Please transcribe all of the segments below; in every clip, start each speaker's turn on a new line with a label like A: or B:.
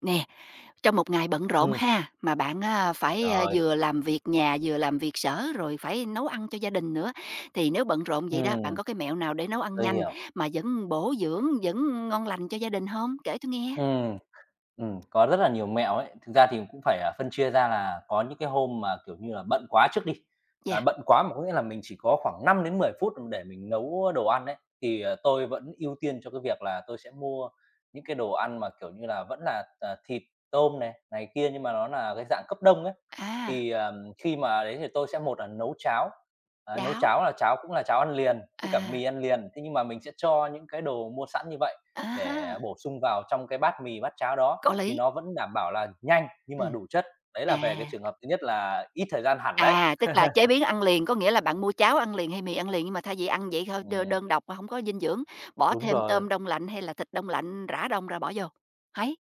A: Nè, trong một ngày bận rộn
B: Ừm,
A: ha, mà bạn, phải,
B: rồi,
A: vừa làm việc nhà, vừa làm việc sở, rồi phải nấu ăn cho gia đình nữa, thì nếu bận rộn vậy đó, bạn
B: ừm,
A: có cái mẹo nào để nấu ăn
B: tôi
A: nhanh
B: hiểu.
A: mà vẫn bổ dưỡng, vẫn ngon lành cho gia đình không? Kể tôi nghe.
B: Ừm, có rất là nhiều mẹo ấy. Thực ra thì cũng phải, à, phân chia ra là có những cái hôm mà, kiểu như là, bận quá trước đi,
A: Dạ.
B: à, bận quá mà có nghĩa là mình chỉ có khoảng 5 đến 10 phút để mình nấu đồ ăn ấy, thì, tôi vẫn ưu tiên cho cái việc là tôi sẽ mua những cái đồ ăn mà, kiểu như là, vẫn là, à, thịt, tôm này, này kia nhưng mà nó là cái dạng cấp đông ấy.
A: À.
B: Thì, khi mà đấy thì tôi sẽ một là nấu cháo, đấy, nấu
A: Cháo.
B: cháo là cháo cũng là cháo ăn liền với cả
A: À.
B: mì ăn liền, thế nhưng mà mình sẽ cho những cái đồ mua sẵn như vậy
A: À ha.
B: để bổ sung vào trong cái bát mì, bát cháo đó
A: Có
B: thì
A: lý.
B: nó vẫn đảm bảo là nhanh nhưng mà
A: Ừm.
B: đủ chất. Đấy là
A: À.
B: về cái trường hợp thứ nhất là ít thời gian hẳn đấy.
A: À, tức là chế biến ăn liền, có nghĩa là bạn mua cháo ăn liền hay mì ăn liền, nhưng mà thay vì ăn vậy thôi đơ
B: Ừm,
A: đơn độc mà hổng có dinh dưỡng, bỏ
B: đúng
A: thêm
B: rồi,
A: tôm đông lạnh hay là thịt đông lạnh rã đông ra bỏ vô, thấy?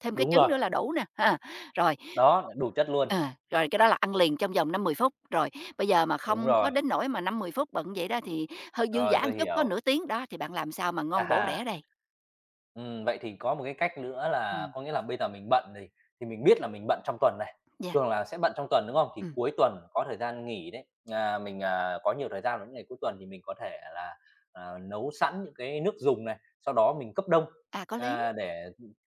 A: Thêm cái
B: đúng
A: trứng
B: rồi,
A: nữa là đủ nè, ha. Rồi.
B: đó, đủ chất luôn,
A: Ờ, rồi cái đó là ăn liền trong vòng 5-10 phút, rồi bây giờ mà
B: đúng
A: không có
B: rồi,
A: đến nỗi mà 5-10 phút bận vậy đó thì hơi dư
B: rồi,
A: dả
B: tôi
A: một chút, có
B: hiểu.
A: nửa tiếng đó thì bạn làm sao mà ngon bổ rẻ đây?
B: Vậy thì có một cái cách nữa là
A: Ừm.
B: có nghĩa là bây giờ mình bận thì mình biết là mình bận trong tuần này,
A: Yeah.
B: thường là sẽ bận trong tuần, đúng không? Thì
A: Ừm.
B: cuối tuần có thời gian nghỉ đấy, à, mình, à, có nhiều thời gian vào những ngày cuối tuần thì mình có thể là, à, nấu sẵn những cái nước dùng này, sau đó mình cấp đông,
A: À, có lý.
B: à, để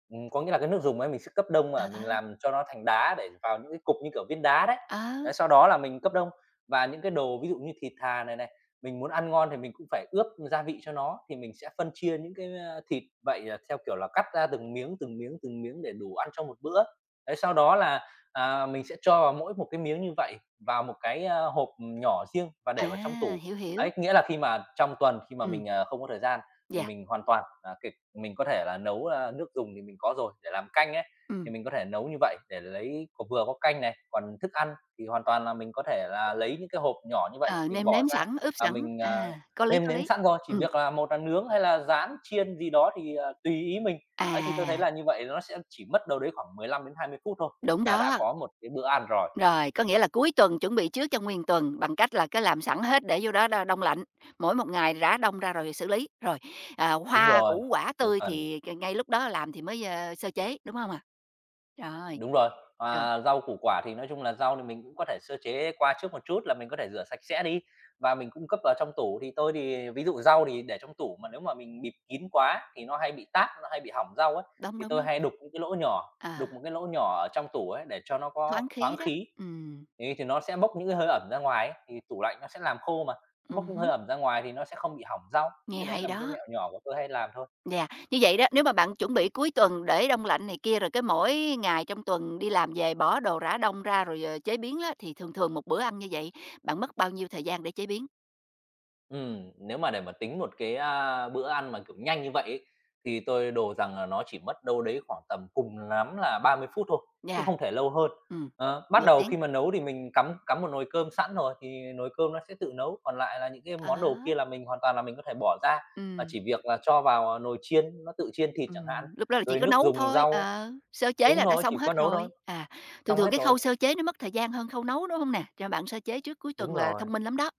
B: có nghĩa là cái nước dùng ấy mình sẽ cấp đông
A: Ờ,
B: mà
A: ờ,
B: mình làm cho nó thành đá để vào những cái cục như kiểu viên đá đấy.
A: ờ.
B: Đấy, sau đó là mình cấp đông và những cái đồ ví dụ như thịt thà này này mình muốn ăn ngon thì mình cũng phải ướp gia vị cho nó, thì mình sẽ phân chia những cái, a, thịt vậy là theo kiểu là cắt ra từng miếng, từng miếng, từng miếng để đủ ăn trong một bữa. Đấy, sau đó là, à, mình sẽ cho vào mỗi một cái miếng như vậy vào một cái, a, hộp nhỏ riêng và để vào trong
A: À,
B: tủ.
A: hiểu, hiểu.
B: Ấy, nghĩa là khi mà trong tuần khi mà
A: Ừm.
B: mình, à, không có thời gian thì
A: Yeah.
B: mình hoàn toàn, à, kịp mình có thể là nấu, a, nước dùng thì mình có rồi, để làm canh ấy,
A: Ừm,
B: thì mình có thể nấu như vậy để lấy có vừa có canh này, còn thức ăn thì hoàn toàn là mình có thể là lấy những cái hộp nhỏ như vậy
A: ờ,
B: mình
A: nêm
B: bỏ
A: nếm
B: ra
A: sẵn, ướp
B: và
A: sẵn,
B: mình,
A: à, có lý,
B: nêm
A: có
B: nếm
A: lý.
B: sẵn rồi, chỉ
A: Ừm.
B: việc là một là nướng hay là rán, chiên gì đó thì, tùy ý mình. Ấy, thì tôi thấy
A: À.
B: là như vậy nó sẽ chỉ mất đâu đấy khoảng 15 đến 20 phút thôi
A: Đúng
B: là đã
A: đó.
B: có một cái bữa ăn rồi.
A: Rồi, có nghĩa là cuối tuần chuẩn bị trước cho nguyên tuần bằng cách là cứ làm sẵn hết để vô đó đo đông lạnh, mỗi một ngày rã đông ra rồi xử lý. Rồi, à,
B: Đúng
A: hoa
B: rồi,
A: củ quả
B: cuối
A: tươi
B: tuần,
A: thì ngay lúc đó làm thì mới, ơ, sơ chế, đúng không ạ? Rồi.
B: đúng rồi.
A: Rồi.
B: Và rau củ quả thì nói chung là rau thì mình cũng có thể sơ chế qua trước một chút là mình có thể rửa sạch sẽ đi và mình cung cấp vào trong tủ. Thì tôi thì ví dụ rau thì để trong tủ mà nếu mà mình bịt kín quá thì nó hay bị táp, nó hay bị hỏng rau ấy,
A: Đúng,
B: thì
A: đúng,
B: tôi
A: đúng.
B: hay đục những cái lỗ nhỏ,
A: À,
B: đục một cái lỗ nhỏ ở trong tủ ấy để cho nó có
A: thoáng khí
B: thoáng
A: đó.
B: khí.
A: Ừm.
B: Thế thì nó sẽ bốc những cái hơi ẩm ra ngoài ấy, thì tủ lạnh nó sẽ làm khô mà, nó bốc những hơi
A: Ừm,
B: ẩm ra ngoài thì nó sẽ không bị hỏng rau, thì
A: nghe
B: cái đấy
A: hay
B: là một cái
A: đó.
B: mẹo nhỏ của tôi hay làm thôi.
A: Yeah, như vậy đó, nếu mà bạn chuẩn bị cuối tuần để đông lạnh này kia, rồi cái mỗi ngày trong tuần đi làm về bỏ đồ rã đông ra rồi, ờ, chế biến á, thì thường thường một bữa ăn như vậy, bạn mất bao nhiêu thời gian để chế biến?
B: Nếu mà để mà tính một cái, a, bữa ăn mà, kiểu, nhanh như vậy ấy, thì tôi đồ rằng là nó chỉ mất đâu đấy khoảng tầm cùng lắm là 30 phút thôi, chứ
A: Yeah.
B: không thể lâu hơn.
A: Ừm,
B: Bắt
A: nửa
B: đầu
A: tiếng,
B: khi mà nấu thì mình cắm cắm một nồi cơm sẵn rồi thì nồi cơm nó sẽ tự nấu, còn lại là những cái món đồ
A: á.
B: kia là mình hoàn toàn là mình có thể bỏ ra, và
A: Ừm.
B: chỉ việc là cho vào, à, nồi chiên, nó tự chiên thịt chẳng hạn,
A: Ừm, lúc đó là chỉ
B: rồi
A: có
B: nước
A: nấu
B: dùng
A: thôi,
B: rau.
A: ờ, sơ chế
B: Đúng
A: là đã
B: rồi,
A: xong
B: chỉ có
A: hết
B: nấu thôi,
A: rồi. À, thường
B: xong
A: thường
B: hết
A: cái
B: rồi.
A: khâu sơ chế nó mất thời gian hơn khâu nấu, đúng hông nè? Cho bạn sơ chế trước cuối
B: Đúng
A: tuần là
B: rồi,
A: thông minh lắm đó,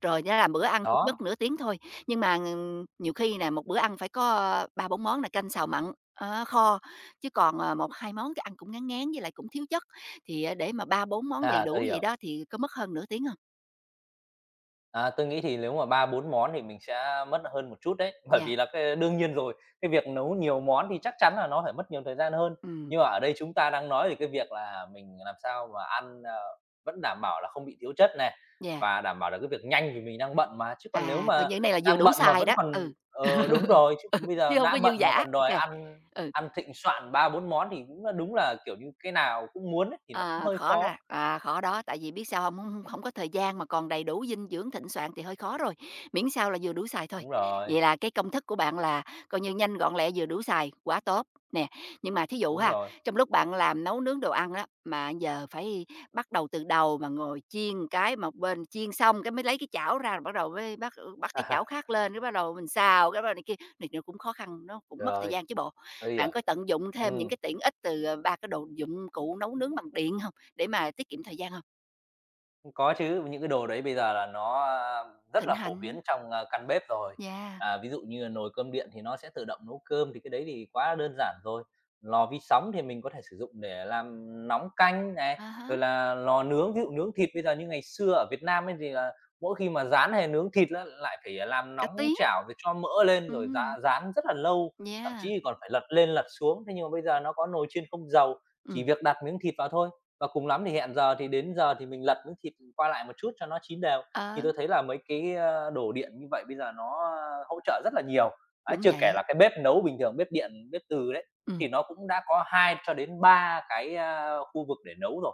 A: rồi nó làm bữa ăn chỉ mất
B: đó,
A: nửa tiếng thôi, nhưng mà, nhiều khi nè, một bữa ăn phải có, ơ, 3-4 món là canh, xào mặn, á, kho, chứ còn, ờ, 1-2 món cái ăn cũng ngán ngán với lại cũng thiếu chất, thì, à, để mà 3-4 món đầy
B: à, tôi
A: đủ vậy
B: hiểu.
A: đó thì có mất hơn nửa tiếng hông?
B: À, tôi nghĩ thì nếu mà 3 4 món thì mình sẽ mất hơn một chút đấy, bởi
A: Yeah.
B: vì là cái đương nhiên rồi, cái việc nấu nhiều món thì chắc chắn là nó phải mất nhiều thời gian hơn.
A: Ừm.
B: Nhưng mà ở đây chúng ta đang nói về cái việc là mình làm sao mà ăn, vẫn đảm bảo là không bị thiếu chất này,
A: Yeah,
B: và đảm bảo là cái việc nhanh vì mình đang bận mà. Chứ còn nếu
A: à, coi
B: mà
A: như cái này là vừa
B: đang
A: đủ
B: bận mà
A: xài
B: vẫn
A: đó,
B: còn
A: ừ.
B: đúng rồi, chứ
A: Ừ,
B: bây giờ
A: chứ hông
B: đã
A: có dư
B: bận mà
A: dả,
B: còn
A: ô
B: đòi
A: kê.
B: ăn
A: Ừ,
B: ăn thịnh soạn 3 4 món thì cũng là đúng là, kiểu như, cái nào cũng muốn ấy, thì nó cũng
A: ờ,
B: hơi
A: khó
B: khó.
A: là khó đó, tại vì biết sao hông? Hông hông hổng có thời gian mà còn đầy đủ dinh dưỡng thịnh soạn thì hơi khó rồi, miễn sao là vừa đủ xài thôi.
B: Đúng rồi,
A: Vậy là cái công thức của bạn là coi như nhanh, gọn, lẹ, vừa đủ xài, quá tốt. Nè, nhưng mà thí dụ
B: đúng
A: ha,
B: rồi.
A: trong lúc bạn làm nấu nướng đồ ăn đó mà giờ phải bắt đầu từ đầu mà ngồi chiên cái một bên, chiên xong cái mới lấy cái chảo ra rồi bắt đầu mới bắt bắt cái chảo khác lên, cái bắt đầu mình xào, cái bắt đầu này kia, này nó cũng khó khăn, nó cũng mất thời
B: Rồi,
A: gian chứ bộ.
B: tôi hiểu.
A: Bạn có tận dụng thêm những
B: Ừm.
A: cái tiện ích từ, ờ, 3 cái đồ dụng cụ nấu nướng bằng điện không, để mà tiết kiệm thời gian không?
B: Có chứ, những cái đồ đấy bây giờ là nó, a, rất
A: Thịnh
B: là phổ
A: hành.
B: biến trong, a, căn bếp rồi.
A: Yeah.
B: À, ví dụ như là nồi cơm điện thì nó sẽ tự động nấu cơm thì cái đấy thì quá đơn giản rồi. Lò vi sóng thì mình có thể sử dụng để làm nóng canh này,
A: À há.
B: rồi là lò nướng, ví dụ nướng thịt bây giờ như ngày xưa ở Việt Nam ấy thì là mỗi khi mà rán hay nướng thịt á lại phải à, làm
A: Cả
B: nóng
A: tiếng.
B: chảo rồi cho mỡ lên rồi
A: Ừm.
B: rán rán rất là lâu, thậm
A: Yeah.
B: chí còn phải lật lên lật xuống. Thế nhưng mà bây giờ nó có nồi chiên không dầu, chỉ
A: Ừm.
B: việc đặt miếng thịt vào thôi và cùng lắm thì hẹn giờ thì đến giờ thì mình lật miếng thịt qua lại một chút cho nó chín đều. Thì
A: Ờ,
B: tôi thấy là mấy cái, ơ, đồ điện như vậy bây giờ nó, ơ, hỗ trợ rất là nhiều. Ấy,
A: đúng
B: chưa kể
A: vậy.
B: là cái bếp nấu bình thường, bếp điện, bếp từ đấy,
A: Ừm.
B: thì nó cũng đã có 2 cho đến 3 cái, a, khu vực để nấu rồi.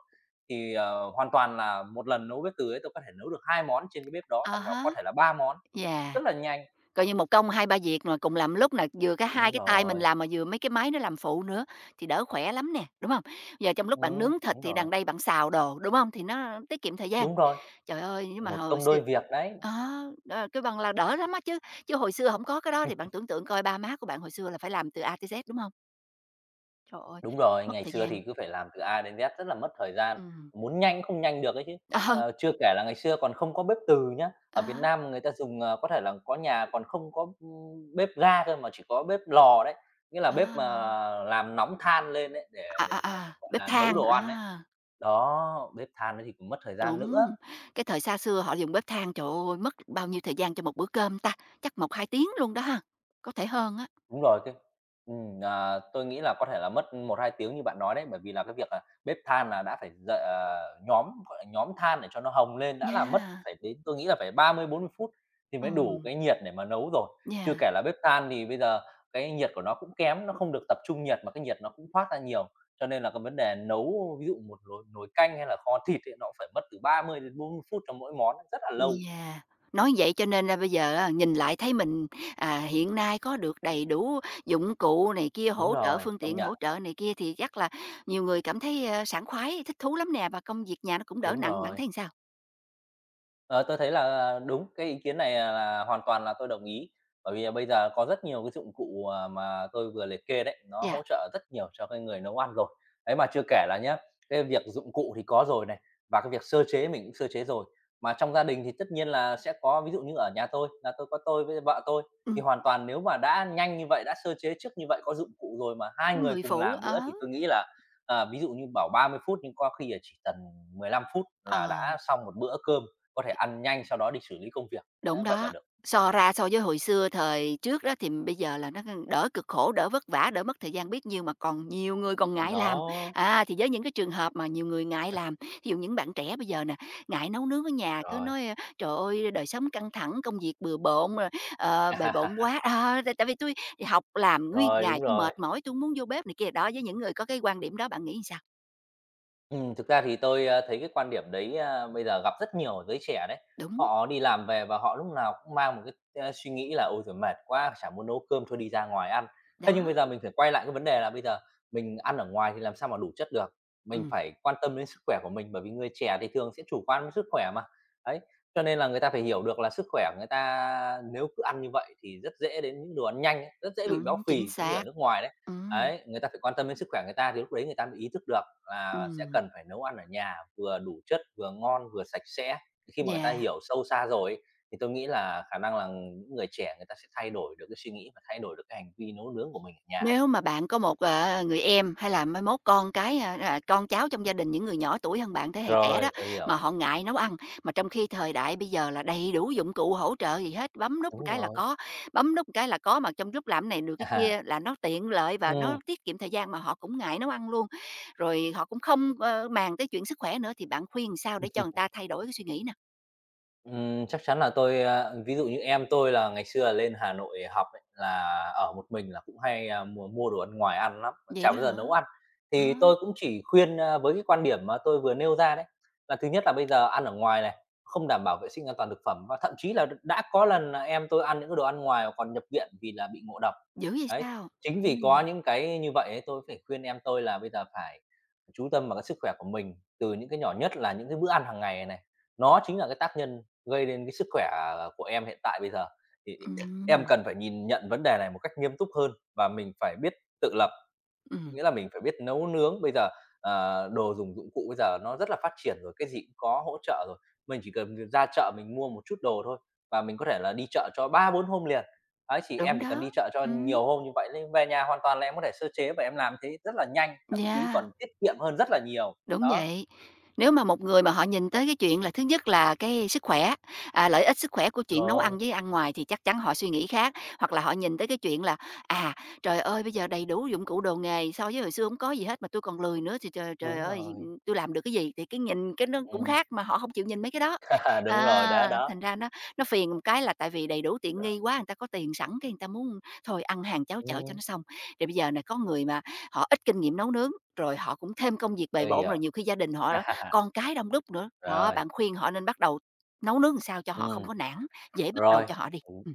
B: Thì, hoàn toàn là một lần nấu bếp từ ấy tôi có thể nấu được 2 món trên cái bếp đó,
A: À
B: hoặc là
A: há.
B: có thể là 3 món,
A: Yeah.
B: rất là nhanh.
A: Coi như một công hai ba việc mà cùng làm lúc nè, vừa cái hai
B: Đúng
A: cái tay mình
B: rồi,
A: làm mà vừa mấy cái máy nó làm phụ nữa, thì đỡ khỏe lắm nè, đúng không? Giờ trong lúc bạn nướng thịt
B: đúng
A: thì
B: rồi,
A: đằng đây bạn xào đồ, đúng không? Thì nó tiết kiệm thời gian.
B: đúng rồi,
A: Trời ơi, nhưng mà
B: một
A: hồi.
B: công đôi việc đấy.
A: Ờ. Ờ, kêu bằng là đỡ lắm á chứ, chứ hồi xưa không có cái đó thì bạn tưởng tượng coi ba má của bạn hồi xưa là phải làm từ A tới Z, đúng không? Trời ơi,
B: Đúng rồi,
A: mất
B: ngày
A: thời
B: xưa
A: gian.
B: thì cứ phải làm từ A đến Z rất là mất thời gian,
A: Ừm.
B: muốn nhanh không nhanh được ấy chứ.
A: Ờ.
B: Chưa kể là ngày xưa còn không có bếp từ nhá,
A: À.
B: ở Việt
A: À.
B: Nam người ta dùng, có thể là có nhà còn không có, bếp ga cơ mà chỉ có bếp lò đấy, nghĩa là bếp mà làm nóng than lên đấy để
A: À.
B: để để
A: À.
B: để,
A: À,
B: gọi
A: bếp
B: là,
A: than.
B: nấu đồ ăn đấy.
A: À,
B: Đó, bếp than đấy thì cũng mất thời gian nữa.
A: đúng, cái thời xa xưa họ dùng bếp than, trời ơi, mất bao nhiêu thời gian cho một bữa cơm ta? Chắc 1-2 tiếng luôn đó ha, có thể hơn á.
B: Đúng rồi, cái à, tôi nghĩ là có thể là mất 1 2 tiếng như bạn nói đấy, bởi vì là cái việc là bếp than là đã phải dậy nhóm, gọi là, nhóm than để cho nó hồng lên đã là mất
A: Yeah.
B: phải đến tôi nghĩ là phải 30 40 phút thì mới đủ
A: Ừm.
B: cái nhiệt để mà nấu rồi. Chưa
A: Yeah.
B: kể là bếp than thì bây giờ cái nhiệt của nó cũng kém, nó không được tập trung nhiệt mà cái nhiệt nó cũng thoát ra nhiều, cho nên là cái vấn đề nấu ví dụ một nồi nồi canh hay là kho thịt ấy, nó cũng phải mất từ 30 đến 40 phút cho mỗi món, rất là lâu.
A: Yeah, nói vậy cho nên, là bây giờ á, nhìn lại thấy mình, à, hiện nay có được đầy đủ dụng cụ này kia,
B: Đúng
A: hỗ trợ,
B: rồi,
A: phương
B: công
A: tiện hỗ
B: nhận,
A: trợ này kia thì chắc là nhiều người cảm thấy, ơ, sảng khoái, thích thú lắm nè, và công việc nhà nó cũng đỡ
B: đúng
A: nặng. Bạn
B: rồi.
A: thấy sao?
B: Ờ, tôi thấy là đúng, cái ý kiến này à, là hoàn toàn là tôi đồng ý. Bởi vì là bây giờ có rất nhiều cái dụng cụ, à, mà tôi vừa liệt kê đấy, nó hỗ
A: Dạ.
B: trợ rất nhiều cho cái người nấu ăn rồi. Đấy, mà chưa kể là nhá, cái việc dụng cụ thì có rồi này, và cái việc sơ chế mình cũng sơ chế rồi. Mà trong gia đình thì tất nhiên là sẽ có, ví dụ như ở nhà tôi là tôi có tôi với vợ tôi, thì
A: Ừm.
B: hoàn toàn nếu mà đã nhanh như vậy, đã sơ chế trước như vậy, có dụng cụ rồi mà hai
A: Của
B: người
A: người
B: cùng
A: phụ,
B: làm
A: ở
B: nữa thì tôi nghĩ là, ví dụ như bảo 30 phút nhưng có khi là chỉ cần 15 phút là
A: ờ.
B: đã xong một bữa cơm, có thể ăn nhanh sau đó đi xử lý công việc. Thế
A: Đúng
B: vậy là
A: đó.
B: được.
A: So ra so với hồi xưa thời trước đó thì bây giờ là nó đỡ cực khổ, đỡ vất vả, đỡ mất thời gian biết nhiêu mà còn nhiều người còn ngại làm.
B: Đó.
A: À, thì với những cái trường hợp mà nhiều người ngại làm, ví dụ những bạn trẻ bây giờ nè, ngại nấu nướng ở nhà cứ
B: Rồi.
A: nói: "Ờ, Trời ơi, đời sống căng thẳng, công việc bừa bộn, rồi, ờ, bề bộn quá, à, tại tại vì tôi học làm nguyên
B: Rồi,
A: ngày
B: đúng
A: tôi
B: rồi.
A: mệt mỏi, tôi hông muốn vô bếp" này kia. Đó, với những người có cái quan điểm đó bạn nghĩ sao?
B: Thực ra thì tôi, thấy cái quan điểm đấy, bây giờ gặp rất nhiều giới trẻ đấy.
A: Đúng.
B: Họ đi làm về và họ lúc nào cũng mang một cái suy nghĩ là "Ôi giời, mệt quá, chả muốn nấu cơm, thôi đi ra ngoài ăn."
A: Đó.
B: Thế nhưng bây giờ mình phải quay lại cái vấn đề là bây giờ mình ăn ở ngoài thì làm sao mà đủ chất được, mình
A: Ừm,
B: phải quan tâm đến sức khỏe của mình, bởi vì người trẻ thì thường sẽ chủ quan với sức khỏe mà. Đấy, cho nên là người ta phải hiểu được là sức khỏe của người ta nếu cứ ăn như vậy thì rất dễ đến những đồ ăn nhanh ấy, rất dễ bị béo
A: đúng, chính
B: phì giống như ở
A: xác.
B: nước ngoài đấy.
A: Ừm.
B: Đấy, người ta phải quan tâm đến sức khỏe người ta thì lúc đấy người ta mới ý thức được là sẽ
A: Ừm.
B: cần phải nấu ăn ở nhà vừa đủ chất, vừa ngon, vừa sạch sẽ. Khi mà người ta
A: Yeah.
B: hiểu sâu xa rồi ấy, thì tôi nghĩ là khả năng là những người trẻ người ta sẽ thay đổi được cái suy nghĩ và thay đổi được cái hành vi nấu nướng của mình ở nhà.
A: Nếu mà bạn có một, ờ, người em hay là mai mốt con cái, à, à, con cháu trong gia đình những người nhỏ tuổi hơn bạn, thế hệ trẻ
B: Rồi,
A: đó,
B: tôi hiểu.
A: mà họ ngại nấu ăn, mà trong khi thời đại bây giờ là đầy đủ dụng cụ hỗ trợ gì hết, bấm nút một
B: Đúng
A: cái là
B: rồi.
A: có, bấm nút một cái là có, mà trong lúc làm này được cái kia là nó tiện lợi và nó
B: Ừm.
A: tiết kiệm thời gian mà họ cũng ngại nấu ăn luôn. Rồi họ cũng không, ơ, màng tới chuyện sức khỏe nữa, thì bạn khuyên sao để cho người ta thay đổi cái suy nghĩ nè?
B: Chắc chắn là tôi, ví dụ như em tôi là ngày xưa lên Hà Nội học ấy, là ở một mình là cũng hay, mua mua đồ ăn ngoài ăn lắm,
A: Vậy
B: chả
A: đó
B: bao giờ
A: hả?
B: nấu ăn.
A: Ờ.
B: Thì tôi cũng chỉ khuyên, với cái quan điểm mà tôi vừa nêu ra đấy, là thứ nhất là bây giờ ăn ở ngoài này, không đảm bảo vệ sinh an toàn thực phẩm, và thậm chí là đã có lần là em tôi ăn những cái đồ ăn ngoài và còn nhập viện vì là bị ngộ độc.
A: Dữ vậy
B: Đấy,
A: sao?
B: chính vì có
A: Ừm.
B: những cái như vậy ấy, tôi phải khuyên em tôi là bây giờ phải chú tâm vào cái sức khỏe của mình từ những cái nhỏ nhất là những cái bữa ăn hàng ngày này. Nó chính là cái tác nhân gây đến cái sức khỏe của em hiện tại bây giờ. Thì em
A: Ừm.
B: cần phải nhìn nhận vấn đề này một cách nghiêm túc hơn và mình phải biết tự lập,
A: Ừm,
B: nghĩa là mình phải biết nấu nướng. Bây giờ, đồ dùng dụng cụ bây giờ nó rất là phát triển rồi, cái gì cũng có hỗ trợ rồi. Mình chỉ cần ra chợ mình mua một chút đồ thôi và mình có thể là đi chợ cho 3-4 hôm liền. Ấy, chỉ em
A: đúng
B: chỉ cần đi
A: đó.
B: chợ cho
A: Ừm.
B: nhiều hôm như vậy nên về nhà hoàn toàn là em có thể sơ chế và em làm thế rất là nhanh, thậm chí
A: Yeah.
B: còn tiết kiệm hơn rất là nhiều.
A: Đúng
B: Đó.
A: vậy. Nếu mà một người mà họ nhìn tới cái chuyện là thứ nhất là cái sức khỏe, à, lợi ích sức khỏe của chuyện nấu
B: Rồi,
A: ăn với ăn ngoài thì chắc chắn họ suy nghĩ khác, hoặc là họ nhìn tới cái chuyện là, à, trời ơi, bây giờ đầy đủ dụng cụ đồ nghề, so với hồi xưa không có gì hết mà tôi còn lười nữa thì trời, trời
B: đúng
A: ơi,
B: rồi.
A: tôi làm được cái gì? Thì cái nhìn cái nó cũng
B: Ừm,
A: khác mà họ không chịu nhìn mấy cái đó.
B: đúng rồi, đó,
A: À,
B: đó.
A: thành ra nó phiền một cái là tại vì đầy đủ tiện nghi quá, người ta có tiền sẵn cái người ta muốn thôi ăn hàng cháo chở cho
B: Ừm,
A: nó xong. Rồi bây giờ này có người mà họ ít kinh nghiệm nấu nướng rồi họ cũng thêm công việc bề
B: tôi
A: bộn,
B: hiểu.
A: rồi nhiều khi gia đình họ con cái đông đúc nữa. Đó,
B: Rồi,
A: bạn khuyên họ nên bắt đầu nấu nướng làm sao cho họ không
B: ừm,
A: có nản, dễ bắt đầu
B: rồi.
A: cho họ đi.
B: Ừm,
A: Ừm.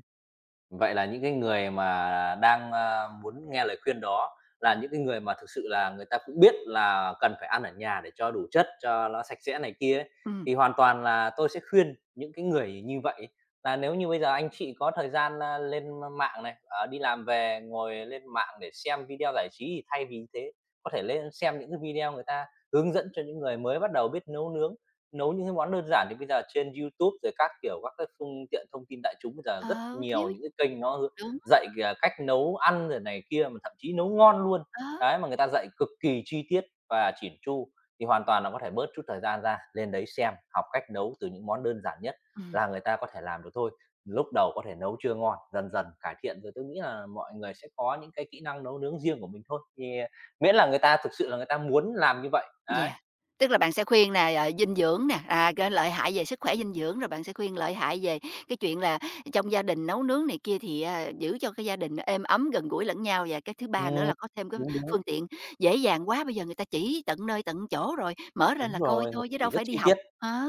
B: vậy là những cái người mà đang muốn nghe lời khuyên đó là những cái người mà thực sự là người ta cũng biết là cần phải ăn ở nhà để cho đủ chất, cho nó sạch sẽ này kia ấy,
A: Ừm.
B: thì hoàn toàn là tôi sẽ khuyên những cái người như vậy ấy, là nếu như bây giờ anh chị có thời gian, lên mạng này, đi làm về ngồi lên mạng để xem video giải trí thì thay vì thế có thể lên xem những cái video người ta hướng dẫn cho những người mới bắt đầu biết nấu nướng. Nấu những cái món đơn giản thì bây giờ trên YouTube rồi các kiểu, các cái phương tiện thông tin đại chúng bây giờ rất
A: Ờ, thiếu
B: nhiều
A: gì.
B: những cái kênh nó
A: Đúng.
B: dạy cách nấu ăn rồi này kia, mà thậm chí nấu ngon luôn.
A: Đó.
B: Đấy, mà người ta dạy cực kỳ chi tiết và chỉn chu, thì hoàn toàn là có thể bớt chút thời gian ra, lên đấy xem, học cách nấu từ những món đơn giản nhất
A: Ừm.
B: là người ta có thể làm được thôi. Lúc đầu có thể nấu chưa ngon, dần dần cải thiện rồi tôi nghĩ là mọi người sẽ có những cái kỹ năng nấu nướng riêng của mình thôi, thì miễn là người ta thực sự là người ta muốn làm như vậy. Đấy.
A: Yeah, tức là bạn sẽ khuyên nè, ờ, dinh dưỡng nè, à, cái lợi hại về sức khỏe dinh dưỡng, rồi bạn sẽ khuyên lợi hại về cái chuyện là trong gia đình nấu nướng này kia thì, à, giữ cho cái gia đình êm ấm, gần gũi lẫn nhau. Và cái thứ ba nữa
B: Ừm,
A: là có thêm cái
B: đúng, đúng.
A: phương tiện dễ dàng quá, bây giờ người ta chỉ tận nơi tận chỗ rồi, mở lên
B: Đúng
A: là coi
B: rồi, người
A: thôi
B: ta
A: chứ đâu
B: chỉ rất
A: phải đi
B: chi
A: học.
B: tiết,
A: Á.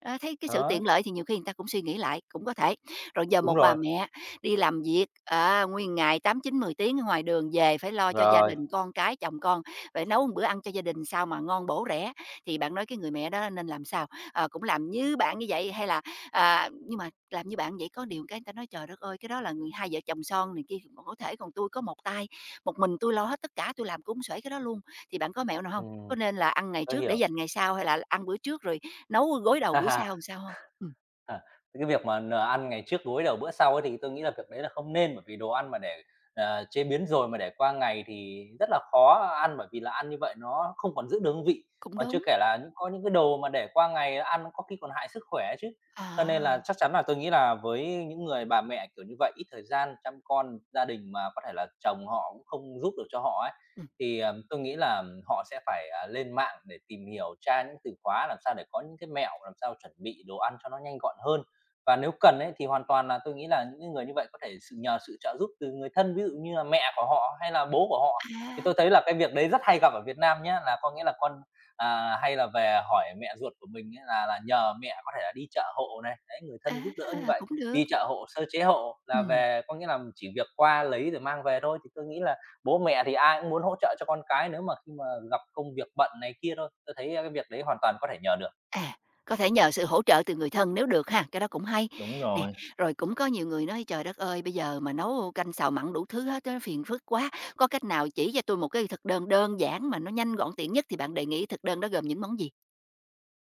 A: Á, thấy cái sự tiện
B: đó,
A: lợi thì nhiều khi người ta cũng suy nghĩ lại, cũng có thể. Rồi giờ
B: đúng
A: một bà
B: rồi,
A: mẹ đi làm việc, à, nguyên ngày 8-9-10 tiếng ở ngoài đường về phải lo cho gia
B: rồi,
A: đình, con cái, chồng con phải nấu một bữa ăn cho gia đình sao mà ngon bổ rẻ. Thì bạn nói cái người mẹ đó nên làm sao? Ờ, cũng làm như bạn như vậy hay là, à nhưng mà làm như bạn vậy có điều cái người ta nói "Trời đất ơi, cái đó là người hai vợ chồng son này kia còn có thể, còn tôi có một tay, một mình tôi lo hết tất cả, tôi làm cũng xuể cái đó luôn." Thì bạn có mẹo nào không? Có
B: ừm,
A: nên là ăn ngày
B: tôi
A: trước để
B: hiểu.
A: dành ngày sau hay là ăn bữa trước rồi nấu gối đầu bữa sau làm sao không? Ừm,
B: À, cái việc mà ăn ngày trước gối đầu bữa sau ấy thì tôi nghĩ là việc đấy là không nên, bởi vì đồ ăn mà để, chế biến rồi mà để qua ngày thì rất là khó ăn, bởi vì là ăn như vậy nó không còn giữ được hương vị,
A: cũng
B: mà chưa
A: đúng.
B: kể là có những cái đồ mà để qua ngày ăn có khi còn hại sức khỏe chứ. Cho nên
A: À.
B: là chắc chắn là tôi nghĩ là với những người bà mẹ, kiểu như vậy, ít thời gian chăm con, gia đình mà có thể là chồng họ cũng không giúp được cho họ á.
A: Ừm.
B: Thì, tôi nghĩ là họ sẽ phải, lên mạng để tìm hiểu, tra những từ khóa làm sao để có những cái mẹo, làm sao chuẩn bị đồ ăn cho nó nhanh gọn hơn. Và nếu cần ấy, thì hoàn toàn là tôi nghĩ là những người như vậy có thể nhờ sự trợ giúp từ người thân, ví dụ như là mẹ của họ hay là bố của họ. Thì
A: À.
B: tôi thấy là cái việc đấy rất hay gặp ở Việt Nam nhé, là có nghĩa là con, hay là về hỏi mẹ ruột của mình ấy, là nhờ mẹ có thể là đi chợ hộ này, đấy, người thân giúp đỡ như
A: À,
B: vậy,
A: cũng được.
B: đi chợ hộ, sơ chế hộ là
A: Ừm.
B: về có nghĩa là chỉ việc qua lấy rồi mang về thôi. Thì tôi nghĩ là bố mẹ thì ai cũng muốn hỗ trợ cho con cái nếu mà khi mà gặp công việc bận này kia thôi, tôi thấy, cái việc đấy hoàn toàn có thể nhờ được.
A: À, có thể nhờ sự hỗ trợ từ người thân nếu được ha, cái đó cũng hay.
B: Đúng
A: Nè,
B: rồi.
A: rồi cũng có nhiều người nói "Trời đất ơi, bây giờ mà nấu canh xào mặn đủ thứ hết á, phiền phức quá, có cách nào chỉ cho tôi một cái thực đơn đơn giản mà nó nhanh gọn tiện nhất" thì bạn đề nghị thực đơn đó gồm những món gì?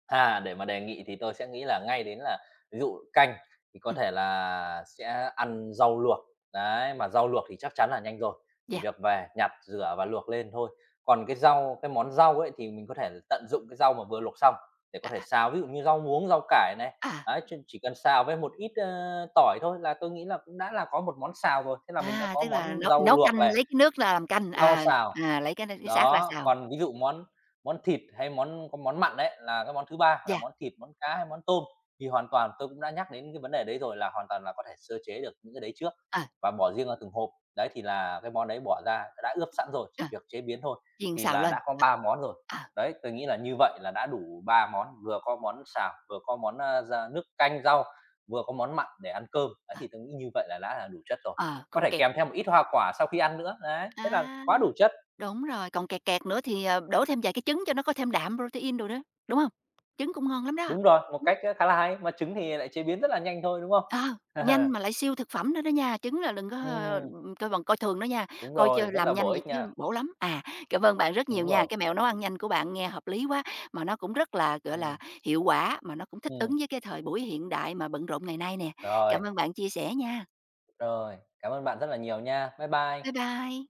B: À, để mà đề nghị thì tôi sẽ nghĩ là ngay đến là ví dụ canh thì có
A: Ừm.
B: thể là sẽ ăn rau luộc, đấy, mà rau luộc thì chắc chắn là nhanh rồi, chỉ
A: Yeah.
B: việc về nhặt, rửa và luộc lên thôi. Còn cái món rau ấy thì mình có thể tận dụng cái rau mà vừa luộc xong để có
A: À.
B: thể
A: À.
B: xào, ví dụ như rau muống, rau cải này,
A: À.
B: đấy, chỉ cần xào với một ít, tỏi thôi là tôi nghĩ là cũng đã là có một món xào rồi, thế là mình đã
A: À,
B: có
A: tức là
B: món
A: nấu
B: rau
A: nấu
B: luộc
A: canh
B: này,
A: lấy cái nước ra làm canh,
B: rau
A: à,
B: xào.
A: à, lấy cái xác ra
B: Đó,
A: xào,
B: còn ví dụ món món thịt hay món có món mặn đấy là cái món thứ ba là
A: dạ.
B: món thịt, món cá hay món tôm, thì hoàn toàn tôi cũng đã nhắc đến cái vấn đề đấy rồi, là hoàn toàn là có thể sơ chế được những cái đấy trước
A: Ờ.
B: và bỏ riêng ra từng hộp. Đấy, thì là cái món đấy bỏ ra đã ướp sẵn rồi,
A: Ờ,
B: chỉ việc chế biến thôi,
A: chiên
B: thì
A: xào
B: là
A: lên.
B: đã có 3 món rồi.
A: Ờ.
B: Đấy, tôi nghĩ là như vậy là đã đủ 3 món, vừa có món xào, vừa có món, da nước canh rau, vừa có món mặn để ăn cơm. Đấy,
A: Ờ.
B: thì tôi nghĩ như vậy là đã là đủ chất rồi,
A: Ờ,
B: có
A: còn
B: thể
A: kẹt.
B: kèm theo một ít hoa quả sau khi ăn nữa, đấy, thế là
A: À.
B: quá đủ chất.
A: Đúng rồi, còn kẹt kẹt nữa thì, ờ, đổ thêm vài cái trứng cho nó có thêm đạm protein đồ nữa, đúng không? Trứng cũng ngon lắm đó.
B: Đúng rồi, một
A: Ừm.
B: cách, khá là hay, mà trứng thì lại chế biến rất là nhanh thôi, đúng không?
A: Ờ, nhanh mà lại siêu thực phẩm nữa đó nha, trứng là đừng có, ơ,
B: Ừm,
A: coi bằng coi thường nó nha,
B: đúng
A: coi
B: rồi,
A: chơ
B: rất
A: làm
B: là bổ
A: nhanh vậy
B: ích
A: chứ
B: nha.
A: bổ lắm. À, cảm ơn bạn rất nhiều
B: Đúng
A: nha, cái
B: rồi.
A: mẹo nấu ăn nhanh của bạn nghe hợp lý quá, mà nó cũng rất là, gọi là,
B: Ừm,
A: hiệu quả, mà nó cũng thích
B: ừm,
A: ứng với cái thời buổi hiện đại mà bận rộn ngày nay nè.
B: rồi,
A: Cảm ơn bạn chia sẻ nha.
B: rồi, cảm ơn bạn rất là nhiều nha. Bye
A: Bye
B: bye.
A: bye.